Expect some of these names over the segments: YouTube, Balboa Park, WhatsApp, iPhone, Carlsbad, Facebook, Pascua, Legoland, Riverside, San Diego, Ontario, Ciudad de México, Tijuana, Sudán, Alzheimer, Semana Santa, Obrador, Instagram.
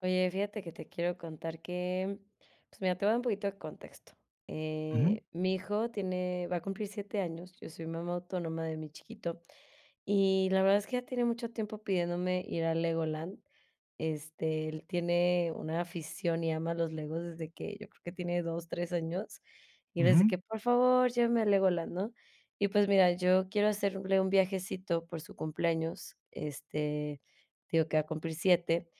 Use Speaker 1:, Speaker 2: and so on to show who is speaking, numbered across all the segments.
Speaker 1: Oye, fíjate que te quiero contar que, pues mira, te voy a dar un poquito de contexto.
Speaker 2: Ujú,
Speaker 1: Mi hijo tiene, va a cumplir 7 años, yo soy mamá autónoma de mi chiquito y la verdad es que ya tiene mucho tiempo pidiéndome ir a Legoland. Él tiene una afición y ama los Legos desde que yo creo que tiene 2, 3 años. Y desde
Speaker 2: ujú,
Speaker 1: que, por favor, llévame a Legoland, ¿no? Y pues mira, yo quiero hacerle un viajecito por su cumpleaños. Digo que va a cumplir siete.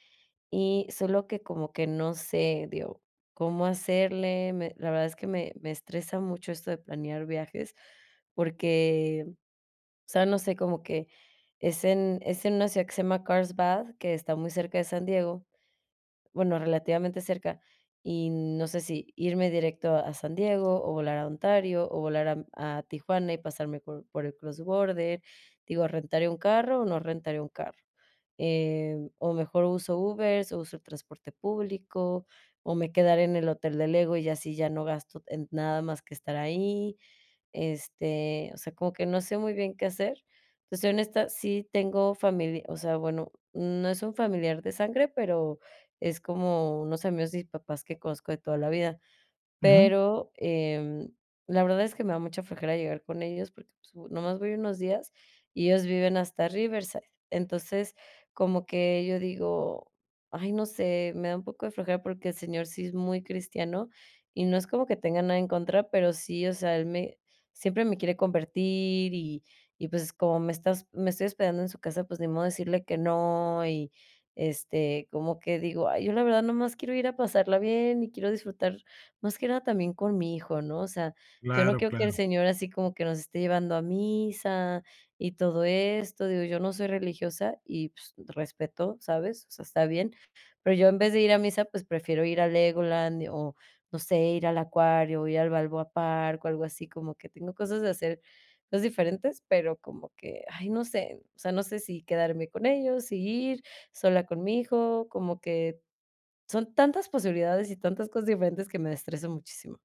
Speaker 1: Y solo que como que no sé, digo, cómo hacerle. Me la verdad es que me estresa mucho esto de planear viajes, porque, o sea, no sé, como que es en una ciudad que se llama Carlsbad, que está muy cerca de San Diego. Bueno, relativamente cerca, y no sé si irme directo a San Diego, o volar a Ontario, o volar a Tijuana y pasarme por el cross border. Digo, ¿rentaré un carro o no rentaré un carro? O mejor uso Ubers, o uso el transporte público, o me quedaré en el hotel del Lego y así ya no gasto en nada más que estar ahí. O sea, como que no sé muy bien qué hacer. Entonces soy honesta, sí tengo familia, o sea, bueno, no es un familiar de sangre, pero es como unos amigos y papás que conozco de toda la vida.
Speaker 2: ujú.
Speaker 1: Pero, la verdad es que me da mucha flojera llegar con ellos porque, pues, u nomás voy unos días y ellos viven hasta Riverside. Entonces, como que yo digo: "Ay, no sé", me da un poco de flojera porque el señor sí es muy cristiano y no es como que tenga nada en contra, pero sí, o sea, él me siempre me quiere convertir y, pues, como me estoy hospedando en su casa, pues, ni modo decirle que no y, como que digo: "Ay, yo la verdad nomás quiero ir a pasarla bien y quiero disfrutar más que nada también con mi hijo, ¿no? O sea, yo no
Speaker 2: Claro,
Speaker 1: quiero que
Speaker 2: claro.
Speaker 1: el Señor así como que nos esté llevando a misa y todo esto. Digo, yo no soy religiosa y, pues, respeto, ¿sabes? O sea, está bien. Pero yo en vez de ir a misa, pues, prefiero ir a Legoland o, no sé, ir al acuario, ir al Balboa Park o algo así, como que tengo cosas de hacer, cosas diferentes, pero como que, ay, no sé, o sea, no sé si quedarme con ellos, si ir sola con mi hijo, como que son tantas posibilidades y tantas cosas diferentes que me estreso muchísimo.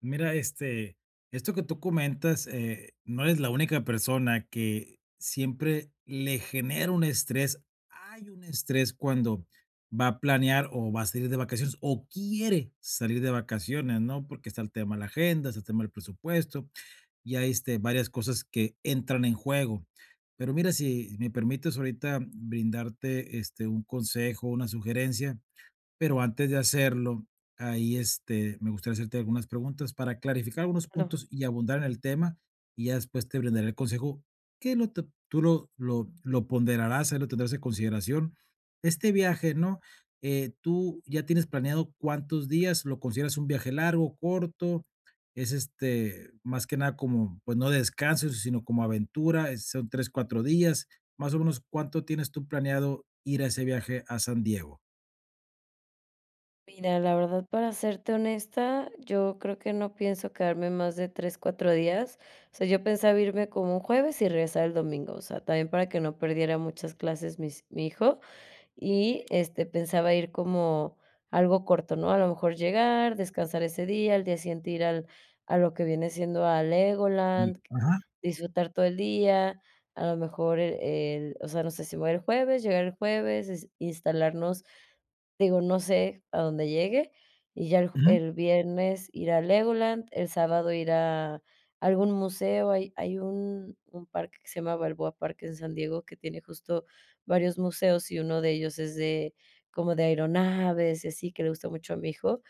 Speaker 2: Mira, este, esto que tú comentas, no eres la única persona que siempre le genera un estrés. Hay un estrés cuando va a planear o va a salir de vacaciones o quiere salir de vacaciones, ¿no? Porque está el tema de la agenda, está el tema del presupuesto y hay este, varias cosas que entran en juego. Pero mira, si me permites ahorita brindarte este, un consejo, una sugerencia. Pero antes de hacerlo, ahí, este, me gustaría hacerte algunas preguntas para clarificar algunos
Speaker 1: Claro.
Speaker 2: puntos y abundar en el tema, y ya después te brindaré el consejo que lo te tú lo ponderarás, ahí lo tendrás en consideración. Este viaje, ¿no? ¿Tú ya tienes planeado cuántos días? ¿Lo consideras un viaje largo, corto? Es, este, más que nada como, pues, no descanso, sino como aventura, son 3 4 días. Más o menos, ¿cuánto tienes tú planeado ir a ese viaje a San Diego?
Speaker 1: Mira, la verdad, para serte honesta, yo creo que no pienso quedarme más de 3, 4 días. O sea, yo pensaba irme como un jueves y regresar el domingo, o sea, también para que no perdiera muchas clases mis mi hijo. Y, pensaba ir como algo corto, ¿no? A lo mejor llegar, descansar ese día, al día siguiente ir al a lo que viene siendo a
Speaker 2: El
Speaker 1: Legoland,
Speaker 2: ajá.
Speaker 1: disfrutar todo el día, a lo mejor el o sea, no sé, si me voy el jueves, llegar el jueves, instalarnos, digo, no sé a dónde llegue, y ya el ju
Speaker 2: Ujú.
Speaker 1: el viernes ir a Legoland, el sábado ir a algún museo, hay un parque que se llama Balboa Park en San Diego que tiene justo varios museos y uno de ellos es de como de aeronaves y así, que le gusta mucho a mi hijo,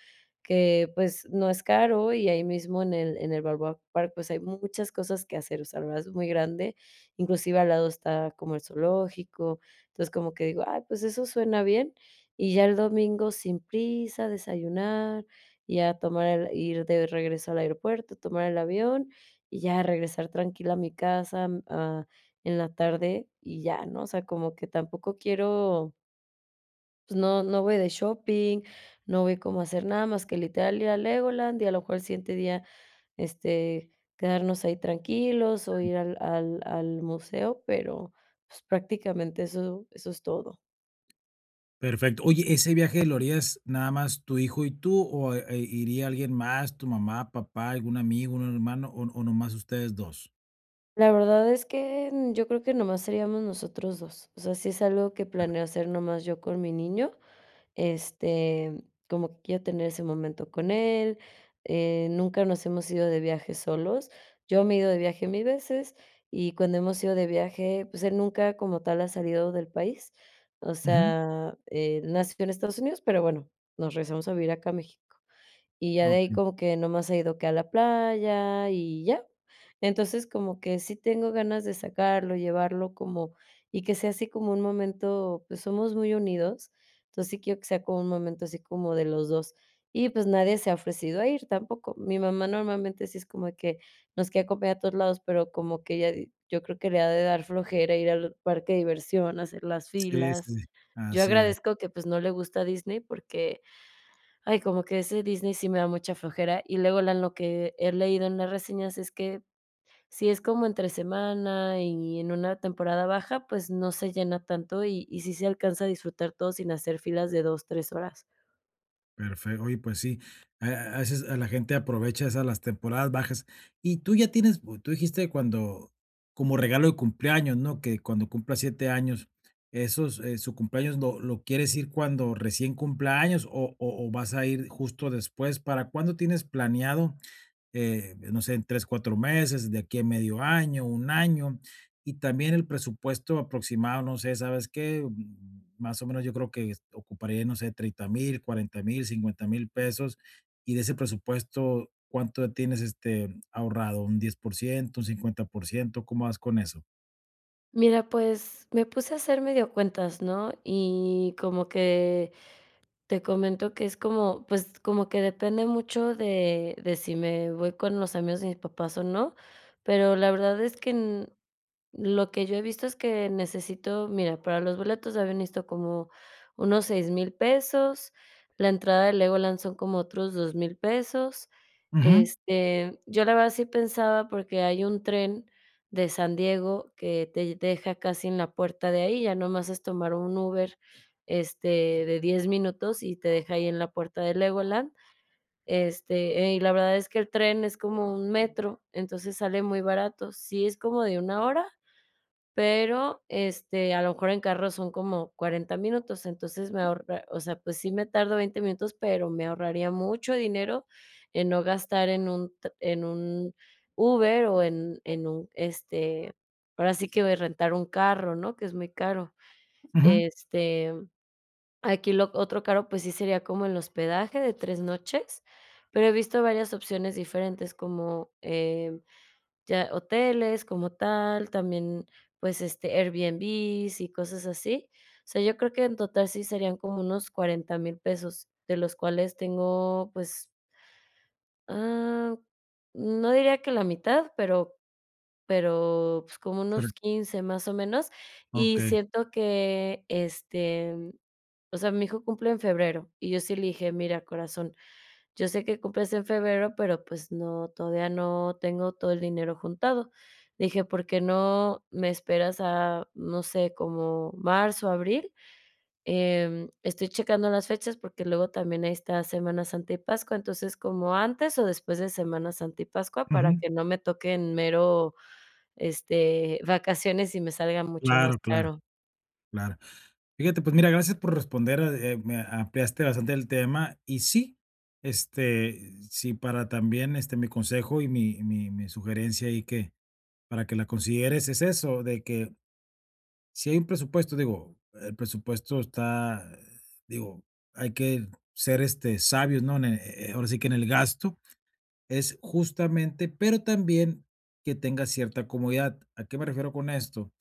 Speaker 1: que, pues, no es caro y ahí mismo en el Balboa Park, pues, hay muchas cosas que hacer, o sea, la verdad es muy grande, inclusive al lado está como el zoológico, entonces como que digo: "Ay, pues eso suena bien", y ya el domingo sin prisa, desayunar, y ya tomar el ir de regreso al aeropuerto, tomar el avión y ya regresar tranquila a mi casa, a en la tarde y ya, ¿no? O sea, como que tampoco quiero, pues no, no voy de shopping, no voy como a hacer nada más que literal ir a Legoland y a lo mejor el siguiente día, este, quedarnos ahí tranquilos o ir al museo, pero pues prácticamente eso, eso es todo.
Speaker 2: Perfecto. Oye, ¿ese viaje lo harías nada más tu hijo y tú, o, iría alguien más, tu mamá, papá, algún amigo, un hermano, o nomás ustedes dos?
Speaker 1: La verdad es que mm, yo creo que nomás seríamos nosotros dos. O sea, sí es algo que planeo hacer nomás yo con mi niño. Este, como que quiero tener ese momento con él, nunca nos hemos ido de viaje solos. Yo me he ido de viaje mil veces y cuando hemos ido de viaje, pues él nunca como tal ha salido del país. O
Speaker 2: Ujú.
Speaker 1: sea, él nació en Estados Unidos, pero bueno, nos regresamos a vivir acá a México. Y ya de ahí
Speaker 2: Okey.
Speaker 1: como que nomás ha ido que a la playa y ya. Entonces, como que sí tengo ganas de sacarlo, llevarlo como y que sea así como un momento, pues, somos muy unidos, entonces, sí quiero que sea como un momento así como de los dos. Y, pues, nadie se ha ofrecido a ir tampoco. Mi mamá normalmente sí es como de que nos quiere acompañar a todos lados, pero como que ella di yo creo que le ha de dar flojera ir al parque de diversión, hacer las
Speaker 2: Sí,
Speaker 1: filas.
Speaker 2: sí, sí.
Speaker 1: Yo
Speaker 2: Así es.
Speaker 1: agradezco que, pues, no le gusta Disney porque ay, como que ese Disney sí me da mucha flojera, y luego la lo que he leído en las reseñas es que si es como entre semana y en una temporada baja, pues no se llena tanto y sí se alcanza a disfrutar todo sin hacer filas de 2, 3 horas.
Speaker 2: Perfecto. Oye, pues sí, a veces a la gente aprovecha esas las temporadas bajas. Y tú ya tienes, tú dijiste cuando, como regalo de cumpleaños, ¿no? Que cuando cumpla 7 años, esos, su cumpleaños lo quieres ir cuando recién cumpla años o vas a ir justo después. ¿Para cuándo tienes planeado? No sé, en 3, 4 meses, de aquí a medio año, un año, y también el presupuesto aproximado, no sé, ¿sabes qué? Más o menos yo creo que ocuparía, no sé, 30,000, 40,000, 50,000 pesos, y de ese presupuesto, ¿cuánto tienes este ahorrado? ¿Un 10% un 50%? ¿Cómo vas con eso?
Speaker 1: Mira, pues me puse a hacer medio cuentas, ¿no? Y como que te comento que es como, pues, como que depende mucho de si me voy con los amigos de mis papás o no, pero la verdad es que lo que yo he visto es que necesito, mira, para los boletos había visto como unos 6,000 pesos, la entrada de Legoland son como otros 2,000 pesos.
Speaker 2: Ujú,
Speaker 1: Yo la verdad sí pensaba, porque hay un tren de San Diego que te deja casi en la puerta de ahí, ya nomás es tomar un Uber, este, de 10 minutos y te deja ahí en la puerta de Legoland. Y la verdad es que el tren es como un metro, entonces sale muy barato. Sí es como de una hora, pero, a lo mejor en carro son como 40 minutos, entonces me ahorra, o sea, pues sí me tardo 20 minutos, pero me ahorraría mucho dinero en no gastar en un Uber o en un, ahora sí que voy a rentar un carro, ¿no? Que es muy caro.
Speaker 2: ujú,
Speaker 1: Este, aquí lo otro caro, pues sí sería como el hospedaje de 3 noches, pero he visto varias opciones diferentes como, ya hoteles como tal, también, pues, Airbnbs y cosas así. O sea, yo creo que en total sí serían como unos 40,000 pesos, de los cuales tengo, pues, ah, no diría que la mitad, pero, pues, como
Speaker 2: pero,
Speaker 1: unos 15 más o menos, y
Speaker 2: okey,
Speaker 1: siento que, o sea, mi hijo cumple en febrero, y yo sí le dije: "Mira, corazón, yo sé que cumples en febrero, pero, pues, no, todavía no tengo todo el dinero juntado. Dije, ¿por qué no me esperas a, no sé, como marzo, abril? Estoy checando las fechas porque luego también ahí está Semana Santa y Pascua, entonces, como antes o después de Semana Santa y Pascua, para
Speaker 2: ujú,
Speaker 1: que no me toquen mero, vacaciones y me salga mucho más
Speaker 2: claro, claro,
Speaker 1: caro.
Speaker 2: claro. Fíjate, pues mira, gracias por responder, me ampliaste bastante el tema y sí, este, sí, para también, este, mi consejo y mi sugerencia y que para que la consideres es eso, de que si hay un presupuesto, digo, el presupuesto está, digo, hay que ser, este, sabios, ¿no? Ahora sí que en el gasto es justamente, pero también que tenga cierta comodidad. ¿A qué me refiero con esto?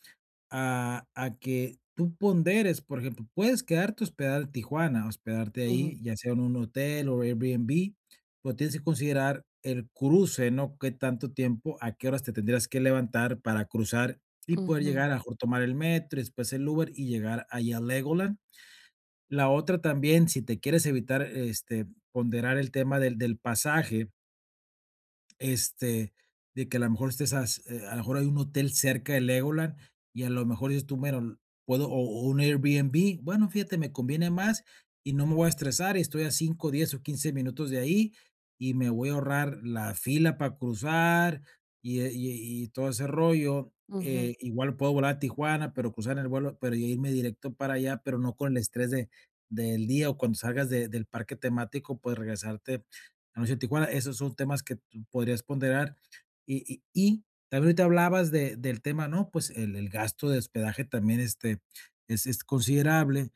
Speaker 2: A que tú ponderes, por ejemplo, puedes quedarte a hospedar en Tijuana, hospedarte
Speaker 1: Ujú,
Speaker 2: ahí, ya sea en un hotel o Airbnb, pero tienes que considerar el cruce, ¿no? Qué tanto tiempo, a qué horas te tendrías que levantar para cruzar y poder llegar,
Speaker 1: ujú,
Speaker 2: a lo mejor tomar el metro, y después el Uber y llegar ahí a Legoland. La otra también, si te quieres evitar, este, ponderar el tema del pasaje este, de que a lo mejor estés as a lo mejor hay un hotel cerca de Legoland y a lo mejor dices tú: "Bueno, puedo o un Airbnb, bueno, fíjate, me conviene más y no me voy a estresar, y estoy a 5, 10 o 15 minutos de ahí, y me voy a ahorrar la fila para cruzar y, y todo ese rollo".
Speaker 1: ujú.
Speaker 2: Igual puedo volar a Tijuana, pero cruzar el vuelo, pero ya irme directo para allá, pero no con el estrés de del día, o cuando salgas de del parque temático, pues regresarte a la noche a Tijuana. Esos son temas que podrías ponderar. Y también ahorita hablabas de, del tema, ¿no? Pues el gasto de hospedaje también este, es considerable.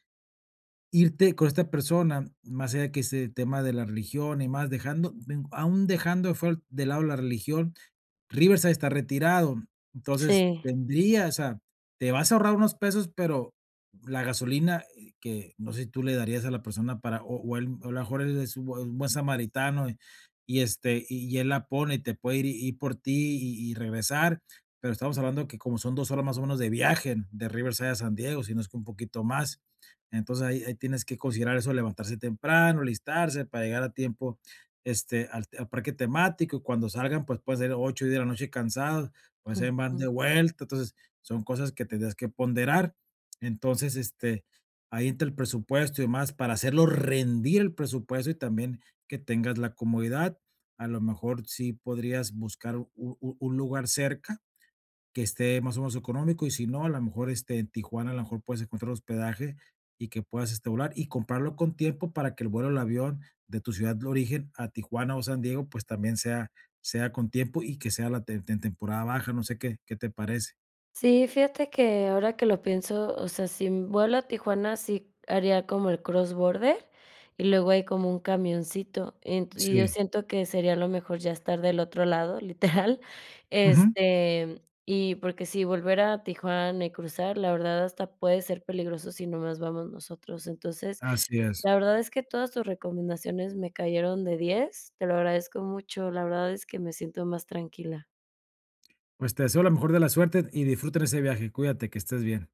Speaker 2: Irte con esta persona, más allá que ese tema de la religión y más, dejando, aún dejando de fuera de lado la religión, Riverside está retirado, entonces
Speaker 1: Sí,
Speaker 2: tendría, o sea, te vas a ahorrar unos pesos, pero la gasolina, que no sé si tú le darías a la persona para o él, o a lo mejor él es un buen samaritano, y, este, y él la pone y te puede ir por ti y regresar, pero estamos hablando que como son 2 horas más o menos de viaje de Riverside a San Diego, si no es que un poquito más. Entonces ahí tienes que considerar eso, levantarse temprano, listarse para llegar a tiempo este, al parque temático, y cuando salgan, pues, puede ser 8 o de la noche cansados, pues, ahí van de
Speaker 1: ujú.
Speaker 2: vuelta. Entonces, son cosas que tendrías que ponderar. Entonces, este, ahí entra el presupuesto y demás, para hacerlo rendir el presupuesto y también que tengas la comodidad. A lo mejor sí podrías buscar u un lugar cerca que esté más o menos económico, y si no, a lo mejor, este, en Tijuana, a lo mejor puedes encontrar hospedaje y que puedas, este, volar y comprarlo con tiempo para que el vuelo del avión de tu ciudad de origen a Tijuana o San Diego, pues, también sea con tiempo y que sea la te en temporada baja, no sé qué te parece.
Speaker 1: Sí, fíjate que ahora que lo pienso, o sea, si vuelo a Tijuana, sí haría como el cross border y luego hay como un camioncito. Ent y yo
Speaker 2: Sí,
Speaker 1: siento que sería lo mejor ya estar del otro lado, literal.
Speaker 2: ujú,
Speaker 1: Y porque si volver a Tijuana y cruzar, la verdad hasta puede ser peligroso si nomás vamos nosotros. Entonces,
Speaker 2: así es.
Speaker 1: la verdad es que todas tus recomendaciones me cayeron de diez. Te lo agradezco mucho. La verdad es que me siento más tranquila.
Speaker 2: Pues, te deseo la mejor de la suerte y disfruten ese viaje. Cuídate, que estés bien.